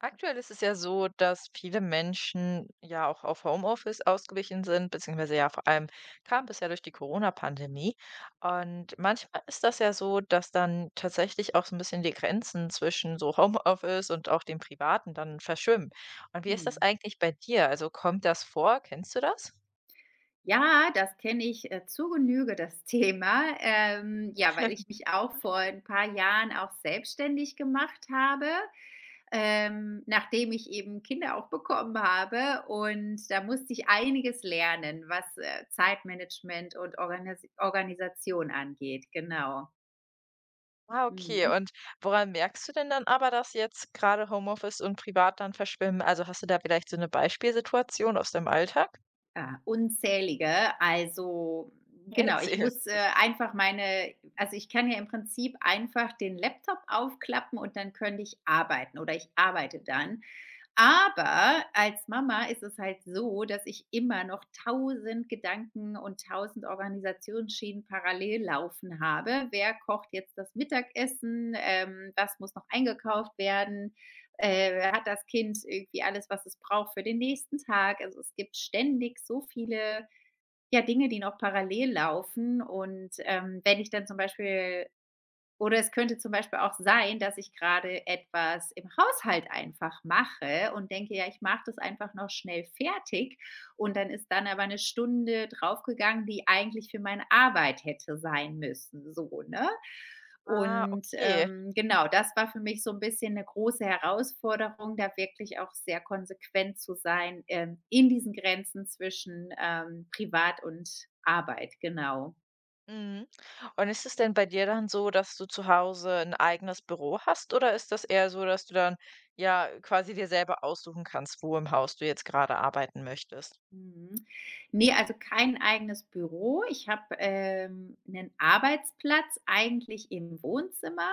Aktuell ist es ja so, dass viele Menschen ja auch auf Homeoffice ausgewichen sind, beziehungsweise ja vor allem kam das ja durch die Corona-Pandemie. Und manchmal ist das ja so, dass dann tatsächlich auch so ein bisschen die Grenzen zwischen so Homeoffice und auch dem Privaten dann verschwimmen. Und wie ist das Mhm. eigentlich bei dir? Also, kommt das vor? Kennst du das? Ja, das kenne ich, zur Genüge, das Thema. Ja, weil ich mich auch vor ein paar Jahren auch selbstständig gemacht habe, nachdem ich eben Kinder auch bekommen habe. Und da musste ich einiges lernen, was, Zeitmanagement und Organisation angeht, genau. Ah, okay. Mhm. Und woran merkst du denn dann aber, dass jetzt gerade Homeoffice und privat dann verschwimmen? Also, hast du da vielleicht so eine Beispielsituation aus deinem Alltag? Ah, unzählige. Also, genau, ich Erzähl. muss, einfach meine also, ich kann ja im Prinzip einfach den Laptop aufklappen und dann könnte ich arbeiten oder ich arbeite dann. Aber als Mama ist es halt so, dass ich immer noch tausend Gedanken und tausend Organisationsschienen parallel laufen habe. Wer kocht jetzt das Mittagessen? Was muss noch eingekauft werden? Hat das Kind irgendwie alles, was es braucht für den nächsten Tag? Also, es gibt ständig so viele, ja, Dinge, die noch parallel laufen, und, wenn ich dann zum Beispiel oder es könnte zum Beispiel auch sein, dass ich gerade etwas im Haushalt einfach mache und denke, ja, ich mache das einfach noch schnell fertig. Und dann ist dann aber eine Stunde draufgegangen, die eigentlich für meine Arbeit hätte sein müssen, so, ne? Ah, Und, okay. Genau, das war für mich so ein bisschen eine große Herausforderung, da wirklich auch sehr konsequent zu sein, in diesen Grenzen zwischen, Privat und Arbeit, genau. Mhm. Und ist es denn bei dir dann so, dass du zu Hause ein eigenes Büro hast oder ist das eher so, dass du dann, ja, quasi dir selber aussuchen kannst, wo im Haus du jetzt gerade arbeiten möchtest? Mhm. Ne, also kein eigenes Büro. Ich habe, 'nen Arbeitsplatz eigentlich im Wohnzimmer,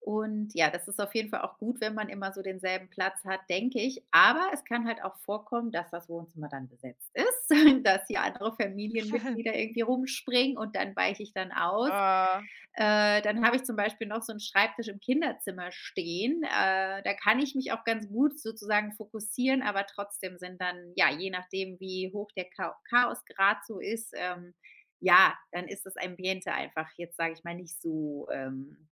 und ja, das ist auf jeden Fall auch gut, wenn man immer so denselben Platz hat, denke ich. Aber es kann halt auch vorkommen, dass das Wohnzimmer dann besetzt ist, dass hier andere Familienmitglieder irgendwie rumspringen, und dann weiche ich dann aus. Ah, Dann habe ich zum Beispiel noch so 'n Schreibtisch im Kinderzimmer stehen. Da kann ich mich auch ganz gut sozusagen fokussieren, aber trotzdem sind dann ja, je nachdem, wie hoch der Chaosgrad so ist, ja, dann ist das Ambiente einfach jetzt, sage ich mal, nicht so,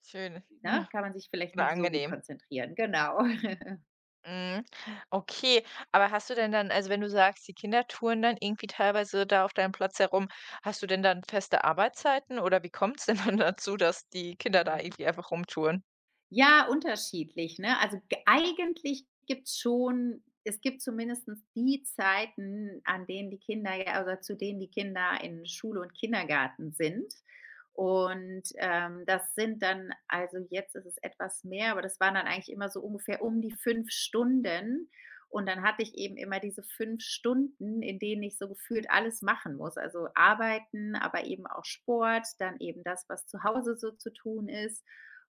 schön, ne, ne, kann man sich vielleicht oder nicht so gut angenehm. konzentrieren, genau. Mhm. Okay, aber hast du denn dann also, wenn du sagst, die Kinder touren dann irgendwie teilweise da auf deinem Platz herum, hast du denn dann feste Arbeitszeiten oder wie kommt es denn dann dazu, dass die Kinder da Mhm. irgendwie einfach rumtouren? Ja, unterschiedlich, ne? Also, g eigentlich gibt's schon es gibt zumindestens die Zeiten, an denen die Kinder ja oder zu denen die Kinder in Schule und Kindergarten sind. Und, das sind dann also jetzt ist es etwas mehr, aber das waren dann eigentlich immer so ungefähr um die 5 Stunden. Und dann hatte ich eben immer diese 5 Stunden, in denen ich so gefühlt alles machen muss. Also, arbeiten, aber eben auch Sport, dann eben das, was zu Hause so zu tun ist.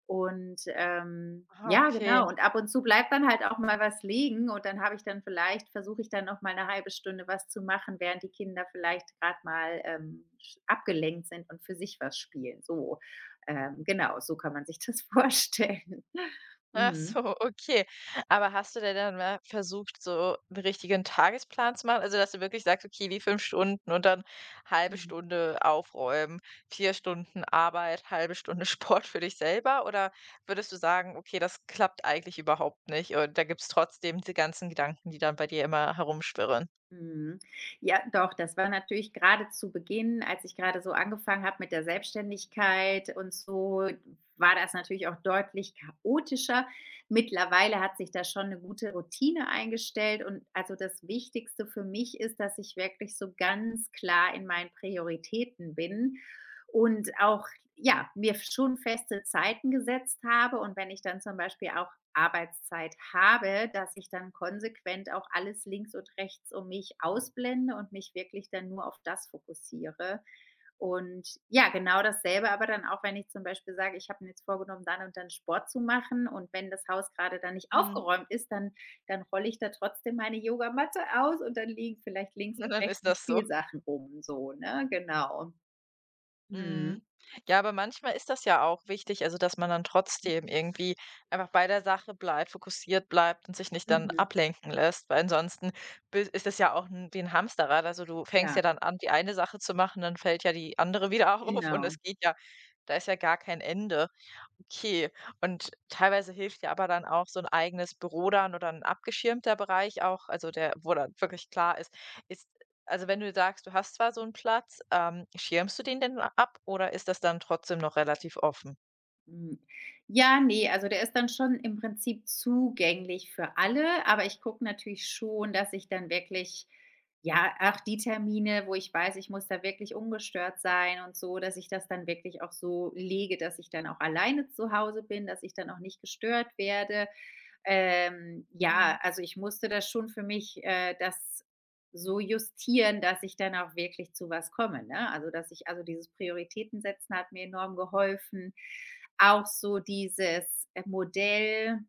Und, Ah, ja, okay. genau. Und ab und zu bleibt dann halt auch mal was liegen, und dann habe ich dann vielleicht versuche ich dann noch mal eine halbe Stunde was zu machen, während die Kinder vielleicht gerade mal, sch abgelenkt sind und für sich was spielen, so. Genau, so kann man sich das vorstellen. Ach Mhm. so, okay. Aber hast du dir dann mal versucht, so 'n richtigen Tagesplan zu machen? Also, dass du wirklich sagst: „Okay, die 5 Stunden und dann halbe Mhm. Stunde aufräumen, 4 Stunden Arbeit, halbe Stunde Sport für dich selber“, oder würdest du sagen: „Okay, das klappt eigentlich überhaupt nicht und da gibt's trotzdem die ganzen Gedanken, die dann bei dir immer herumschwirren?“ Mhm. Ja, doch, das war natürlich gerade zu Beginn, als ich gerade so angefangen habe mit der Selbstständigkeit und so, war das natürlich auch deutlich chaotischer. Mittlerweile hat sich da schon eine gute Routine eingestellt, und also, das Wichtigste für mich ist, dass ich wirklich so ganz klar in meinen Prioritäten bin und auch, ja, mir schon feste Zeiten gesetzt habe, und wenn ich dann zum Beispiel auch Arbeitszeit habe, dass ich dann konsequent auch alles links und rechts um mich ausblende und mich wirklich dann nur auf das fokussiere. Und ja, genau dasselbe aber dann auch, wenn ich zum Beispiel sage, ich habe mir jetzt vorgenommen, dann und dann Sport zu machen, und wenn das Haus gerade dann nicht Mhm. aufgeräumt ist, dann rolle ich da trotzdem meine Yogamatte aus, und dann liegen vielleicht links Und und dann rechts ist noch das so. Spielsachen rum, so, ne? Genau. Mhm. Mhm. Ja, aber manchmal ist das ja auch wichtig, also dass man dann trotzdem irgendwie einfach bei der Sache bleibt, fokussiert bleibt und sich nicht dann Mhm. ablenken lässt, weil ansonsten ist das ja auch wie ein Hamsterrad. Also du fängst Ja, ja dann an, die eine Sache zu machen, dann fällt ja die andere wieder auf und genau. es geht ja, da ist ja gar kein Ende. Okay, und teilweise hilft ja aber dann auch so ein eigenes Büro dann oder ein abgeschirmter Bereich auch, also der wo dann wirklich klar ist also wenn du sagst, du hast zwar so einen Platz, schirmst du den denn ab oder ist das dann trotzdem noch relativ offen? Hm. Ja, ne, also der ist dann schon im Prinzip zugänglich für alle, aber ich gucke natürlich schon, dass ich dann wirklich ja, auch die Termine, wo ich weiß, ich muss da wirklich ungestört sein und so, dass ich das dann wirklich auch so lege, dass ich dann auch alleine zu Hause bin, dass ich dann auch nicht gestört werde. Ja, Mhm. also ich musste das schon für mich, das so justieren, dass ich dann auch wirklich zu was komme, ne? Also, dass ich also dieses Prioritäten setzen hat mir enorm geholfen. Auch so dieses, Modell,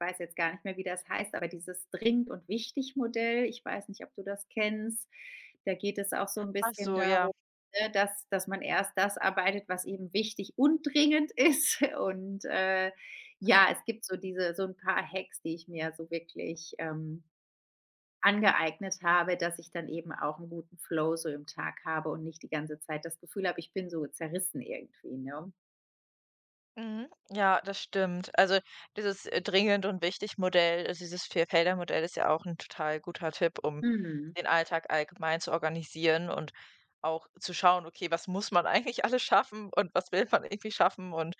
weiß jetzt gar nicht mehr, wie das heißt, aber dieses dringend und wichtig Modell, ich weiß nicht, ob du das kennst, da geht es auch so ein Ach bisschen so, ja. darum, ne, dass man erst das arbeitet, was eben wichtig und dringend ist. Und, ja, es gibt so diese so ein paar Hacks, die ich mir so wirklich, angeeignet habe, dass ich dann eben auch einen guten Flow so im Tag habe und nicht die ganze Zeit das Gefühl habe, ich bin so zerrissen irgendwie, ne? Mhm. Ja, das stimmt. Also dieses dringend und wichtig Modell, also dieses Vierfelder-Modell ist ja auch ein total guter Tipp, um Mhm. den Alltag allgemein zu organisieren und auch zu schauen: „Okay, was muss man eigentlich alles schaffen und was will man irgendwie schaffen und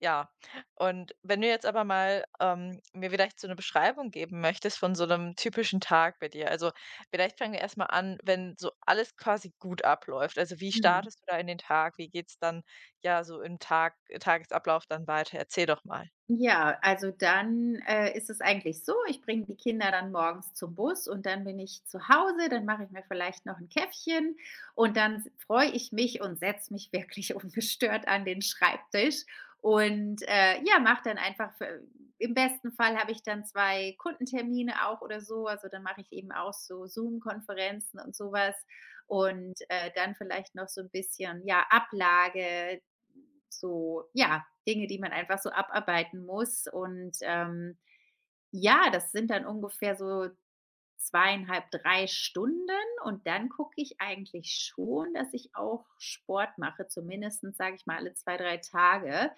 ja, und wenn du jetzt aber mal, mir vielleicht so eine Beschreibung geben möchtest von so einem typischen Tag bei dir. Also, vielleicht fangen wir erst mal an, wenn so alles quasi gut abläuft. Also, wie Mhm. startest du da in den Tag? Wie geht's dann, ja, so im Tagesablauf dann weiter? Erzähl doch mal. Ja, also dann, ist es eigentlich so, ich bringe die Kinder dann morgens zum Bus, und dann bin ich zu Hause, dann mache ich mir vielleicht noch ein Käffchen, und dann s freue ich mich und setze mich wirklich ungestört an den Schreibtisch und, ja, mache dann einfach für im besten Fall habe ich dann 2 Kundentermine auch oder so, also dann mache ich eben auch so Zoom-Konferenzen und sowas, und, dann vielleicht noch so ein bisschen, ja, Ablage, so, ja, Dinge, die man einfach so abarbeiten muss. Und ja, das sind dann ungefähr so 2,5, 3 Stunden. Und dann gucke ich eigentlich schon, dass ich auch Sport mache, zumindest sage ich mal alle 2, 3 Tage.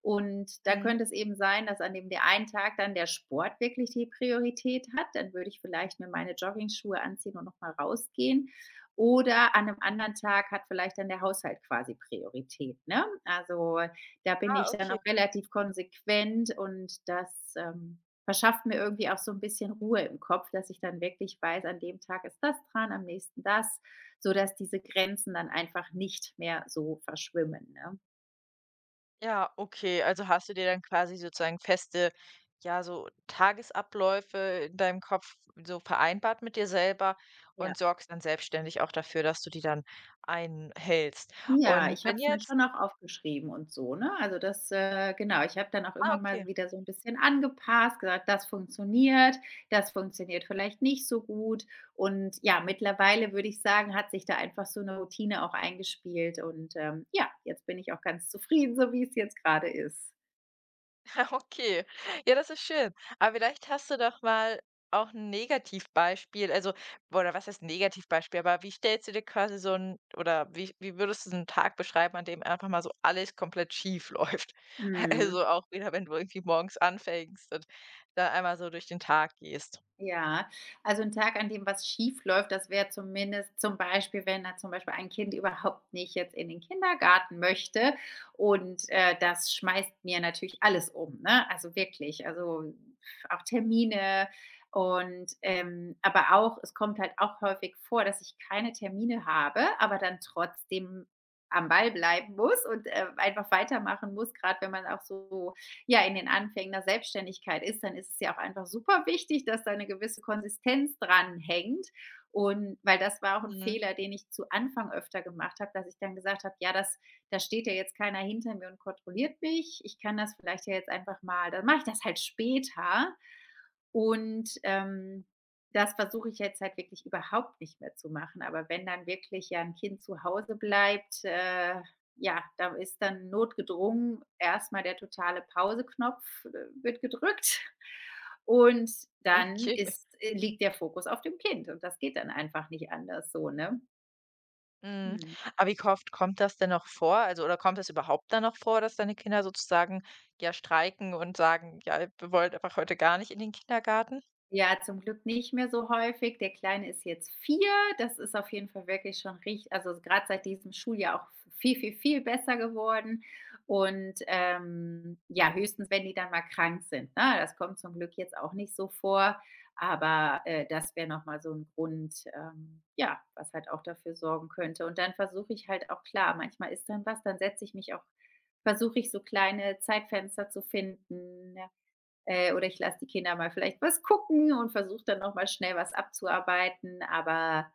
Und dann Mhm. könnte es eben sein, dass an dem der einen Tag dann der Sport wirklich die Priorität hat. Dann würde ich vielleicht mir meine Jogging-Schuhe anziehen und noch mal rausgehen. Oder an 'nem anderen Tag hat vielleicht dann der Haushalt quasi Priorität, ne? Also, da bin Ah, ich dann okay. auch relativ konsequent, und das, ähm, verschafft mir irgendwie auch so ein bisschen Ruhe im Kopf, dass ich dann wirklich weiß, an dem Tag ist das dran, am nächsten das, sodass diese Grenzen dann einfach nicht mehr so verschwimmen, ne? Ja, okay. Also hast du dir dann quasi sozusagen feste, ja, so Tagesabläufe in deinem Kopf so vereinbart mit dir selber Ja. und sorgst dann selbstständig auch dafür, dass du die dann einhältst. Ja, Und ich habe wenn es mir jetzt, schon auch aufgeschrieben und so, ne? Also das genau, ich habe dann auch ah, immer okay. mal wieder so ein bisschen angepasst, gesagt: „Das funktioniert, das funktioniert vielleicht nicht so gut.“ Und ja, mittlerweile würde ich sagen, hat sich da einfach so eine Routine auch eingespielt, und, ja, jetzt bin ich auch ganz zufrieden, so wie es jetzt gerade ist. Okay, ja, das ist schön. Aber vielleicht hast du doch mal auch ein Negativbeispiel, also oder was heißt Negativbeispiel, aber wie stellst du dir quasi so ein oder wie würdest du so einen Tag beschreiben, an dem einfach mal so alles komplett schief läuft? Mhm. Also auch wieder, wenn du irgendwie morgens anfängst und dann einmal so durch den Tag gehst. Ja, also ein Tag, an dem was schief läuft, das wäre zumindest zum Beispiel, wenn da zum Beispiel ein Kind überhaupt nicht jetzt in den Kindergarten möchte, und, das schmeißt mir natürlich alles um, ne? Also wirklich, also auch Termine, und, aber auch es kommt halt auch häufig vor, dass ich keine Termine habe, aber dann trotzdem am Ball bleiben muss und, einfach weitermachen muss. Gerade wenn man auch so ja in den Anfängen der Selbstständigkeit ist, dann ist es ja auch einfach super wichtig, dass da eine gewisse Konsistenz dran hängt. Und weil das war auch ein Mhm, Fehler, den ich zu Anfang öfter gemacht habe, dass ich dann gesagt habe, ja, das, da steht ja jetzt keiner hinter mir und kontrolliert mich. Ich kann das vielleicht ja jetzt einfach mal, dann mache ich das halt später. Und das versuche ich jetzt halt wirklich überhaupt nicht mehr zu machen. Aber wenn dann wirklich ja ein Kind zu Hause bleibt, ja, da ist dann notgedrungen erst mal der totale Pauseknopf wird gedrückt, und dann okay. ist liegt der Fokus auf dem Kind, und das geht dann einfach nicht anders so, ne? Mhm. Mhm. Aber wie oft kommt das denn noch vor? Also oder kommt das überhaupt dann noch vor, dass deine Kinder sozusagen, ja, streiken und sagen: „Ja, wir wollen einfach heute gar nicht in den Kindergarten?“ Ja, zum Glück nicht mehr so häufig. Der Kleine ist jetzt 4. Das ist auf jeden Fall wirklich schon richtig. Also gerade seit diesem Schuljahr auch viel, viel, viel besser geworden. Und, ja, höchstens, wenn die dann mal krank sind, ne? Das kommt zum Glück jetzt auch nicht so vor, aber, das wäre noch mal so ein Grund, ja, was halt auch dafür sorgen könnte. Und dann versuche ich halt auch klar, manchmal ist dann was, dann setze ich mich auch versuche ich, so kleine Zeitfenster zu finden. Ja. Oder ich lasse die Kinder mal vielleicht was gucken und versuche dann noch mal schnell was abzuarbeiten. Aber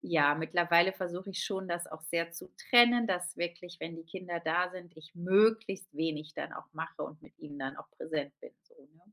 ja, mittlerweile versuche ich schon, das auch sehr zu trennen, dass wirklich, wenn die Kinder da sind, ich möglichst wenig dann auch mache und mit ihnen dann auch präsent bin, so, ne?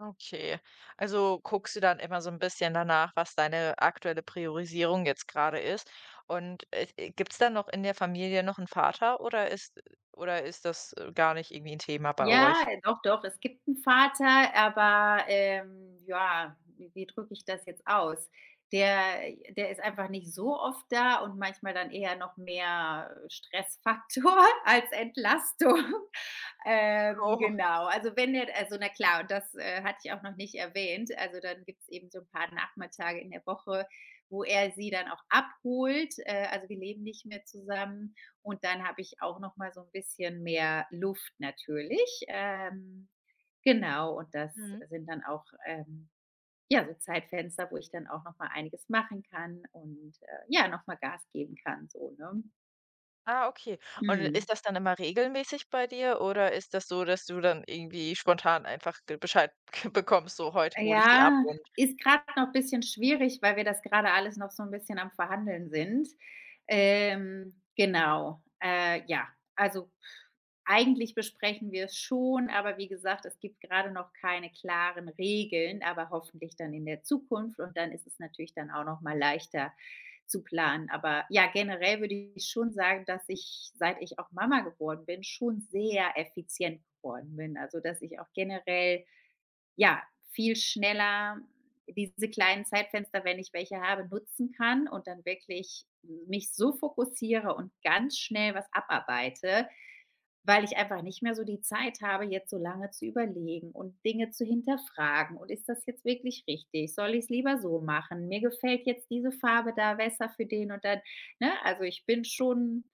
Okay. Also guckst du dann immer so ein bisschen danach, was deine aktuelle Priorisierung jetzt gerade ist. Und, gibt's dann noch in der Familie noch einen Vater oder ist das, gar nicht irgendwie ein Thema bei Ja, euch? Doch, doch, es gibt einen Vater, aber, ja, wie drücke ich das jetzt aus? Der der ist einfach nicht so oft da und manchmal dann eher noch mehr Stressfaktor als Entlastung. Oh. Genau, also wenn er, also na klar, und das, hatte ich auch noch nicht erwähnt, also dann gibt es eben so ein paar Nachmittage in der Woche, wo er sie dann auch abholt. Also wir leben nicht mehr zusammen, und dann habe ich auch noch mal so ein bisschen mehr Luft natürlich. Genau, und das Mhm. sind dann auch, ja, so Zeitfenster, wo ich dann auch noch mal einiges machen kann und, ja, noch mal Gas geben kann, so, ne? Ah, okay. Und Mhm. ist das dann immer regelmäßig bei dir oder ist das so, dass du dann irgendwie spontan einfach ge Bescheid bekommst, so: „Heute hole ich die ab“ Ja, und ist gerade noch ein bisschen schwierig, weil wir das gerade alles noch so ein bisschen am Verhandeln sind. Genau. Ja, also, eigentlich besprechen wir es schon, aber wie gesagt, es gibt gerade noch keine klaren Regeln, aber hoffentlich dann in der Zukunft, und dann ist es natürlich dann auch noch mal leichter zu planen. Aber ja, generell würde ich schon sagen, dass ich, seit ich auch Mama geworden bin, schon sehr effizient geworden bin. Also, dass ich auch generell ja, viel schneller diese kleinen Zeitfenster, wenn ich welche habe, nutzen kann und dann wirklich mich so fokussiere und ganz schnell was abarbeite, weil ich einfach nicht mehr so die Zeit habe, jetzt so lange zu überlegen und Dinge zu hinterfragen. Und ist das jetzt wirklich richtig? Soll ich es lieber so machen? Mir gefällt jetzt diese Farbe da besser für den und dann, ne? Also, ich bin schon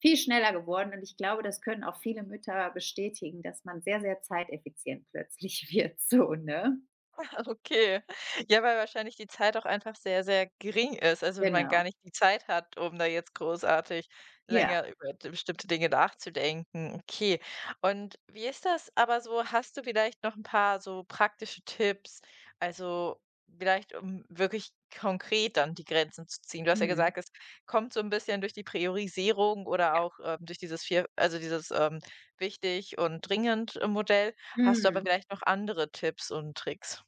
viel schneller geworden, und ich glaube, das können auch viele Mütter bestätigen, dass man sehr, sehr zeiteffizient plötzlich wird, so, ne? Okay. Ja, weil wahrscheinlich die Zeit auch einfach sehr, sehr gering ist. Also, man gar Genau. nicht die Zeit hat, um da jetzt großartig Ja. länger über d bestimmte Dinge nachzudenken. Okay. Und wie ist das aber so hast du vielleicht noch ein paar so praktische Tipps? Also, vielleicht, um wirklich konkret dann die Grenzen zu ziehen. Du hast ja Mhm. gesagt, es kommt so ein bisschen durch die Priorisierung oder auch, durch dieses vier also, dieses, wichtig und dringend, Modell. Hast du aber Mhm. vielleicht noch andere Tipps und Tricks?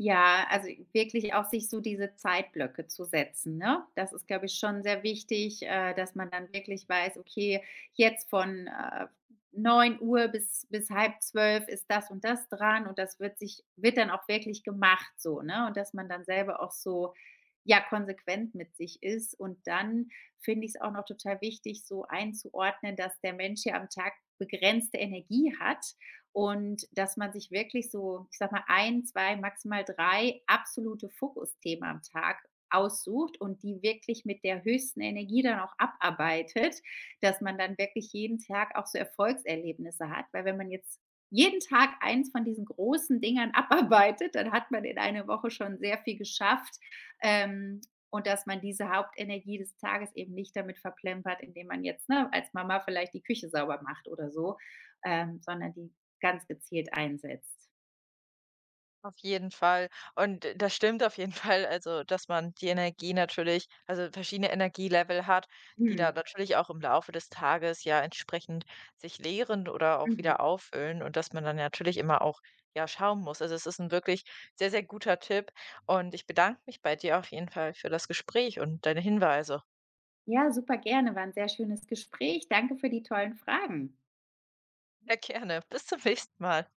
Ja, also wirklich auch sich so diese Zeitblöcke zu setzen, ne? Das ist, glaube ich, schon sehr wichtig, dass man dann wirklich weiß: „Okay, jetzt von, 9 Uhr bis halb zwölf ist das und das dran“, und das wird dann auch wirklich gemacht, so, ne? Und dass man dann selber auch so, ja, konsequent mit sich ist. Und dann finde ich es auch noch total wichtig, so einzuordnen, dass der Mensch ja am Tag begrenzte Energie hat und dass man sich wirklich so, ich sage mal, ein, zwei, maximal 3 absolute Fokusthemen am Tag aussucht und die wirklich mit der höchsten Energie dann auch abarbeitet, dass man dann wirklich jeden Tag auch so Erfolgserlebnisse hat. Weil wenn man jetzt jeden Tag eins von diesen großen Dingern abarbeitet, dann hat man in einer Woche schon sehr viel geschafft, ähm, und dass man diese Hauptenergie des Tages eben nicht damit verplempert, indem man jetzt, ne, als Mama vielleicht die Küche sauber macht oder so, sondern die ganz gezielt einsetzt. Auf jeden Fall. Und das stimmt auf jeden Fall, also, dass man die Energie natürlich also, verschiedene Energielevel hat, die Mhm. da natürlich auch im Laufe des Tages ja entsprechend sich leeren oder auch Mhm. wieder auffüllen und dass man dann natürlich immer auch, ja, schauen muss. Also, es ist ein wirklich sehr, sehr guter Tipp und ich bedanke mich bei dir auf jeden Fall für das Gespräch und deine Hinweise. Ja, super gerne. War 'n sehr schönes Gespräch. Danke für die tollen Fragen. Sehr gerne. Bis zum nächsten Mal.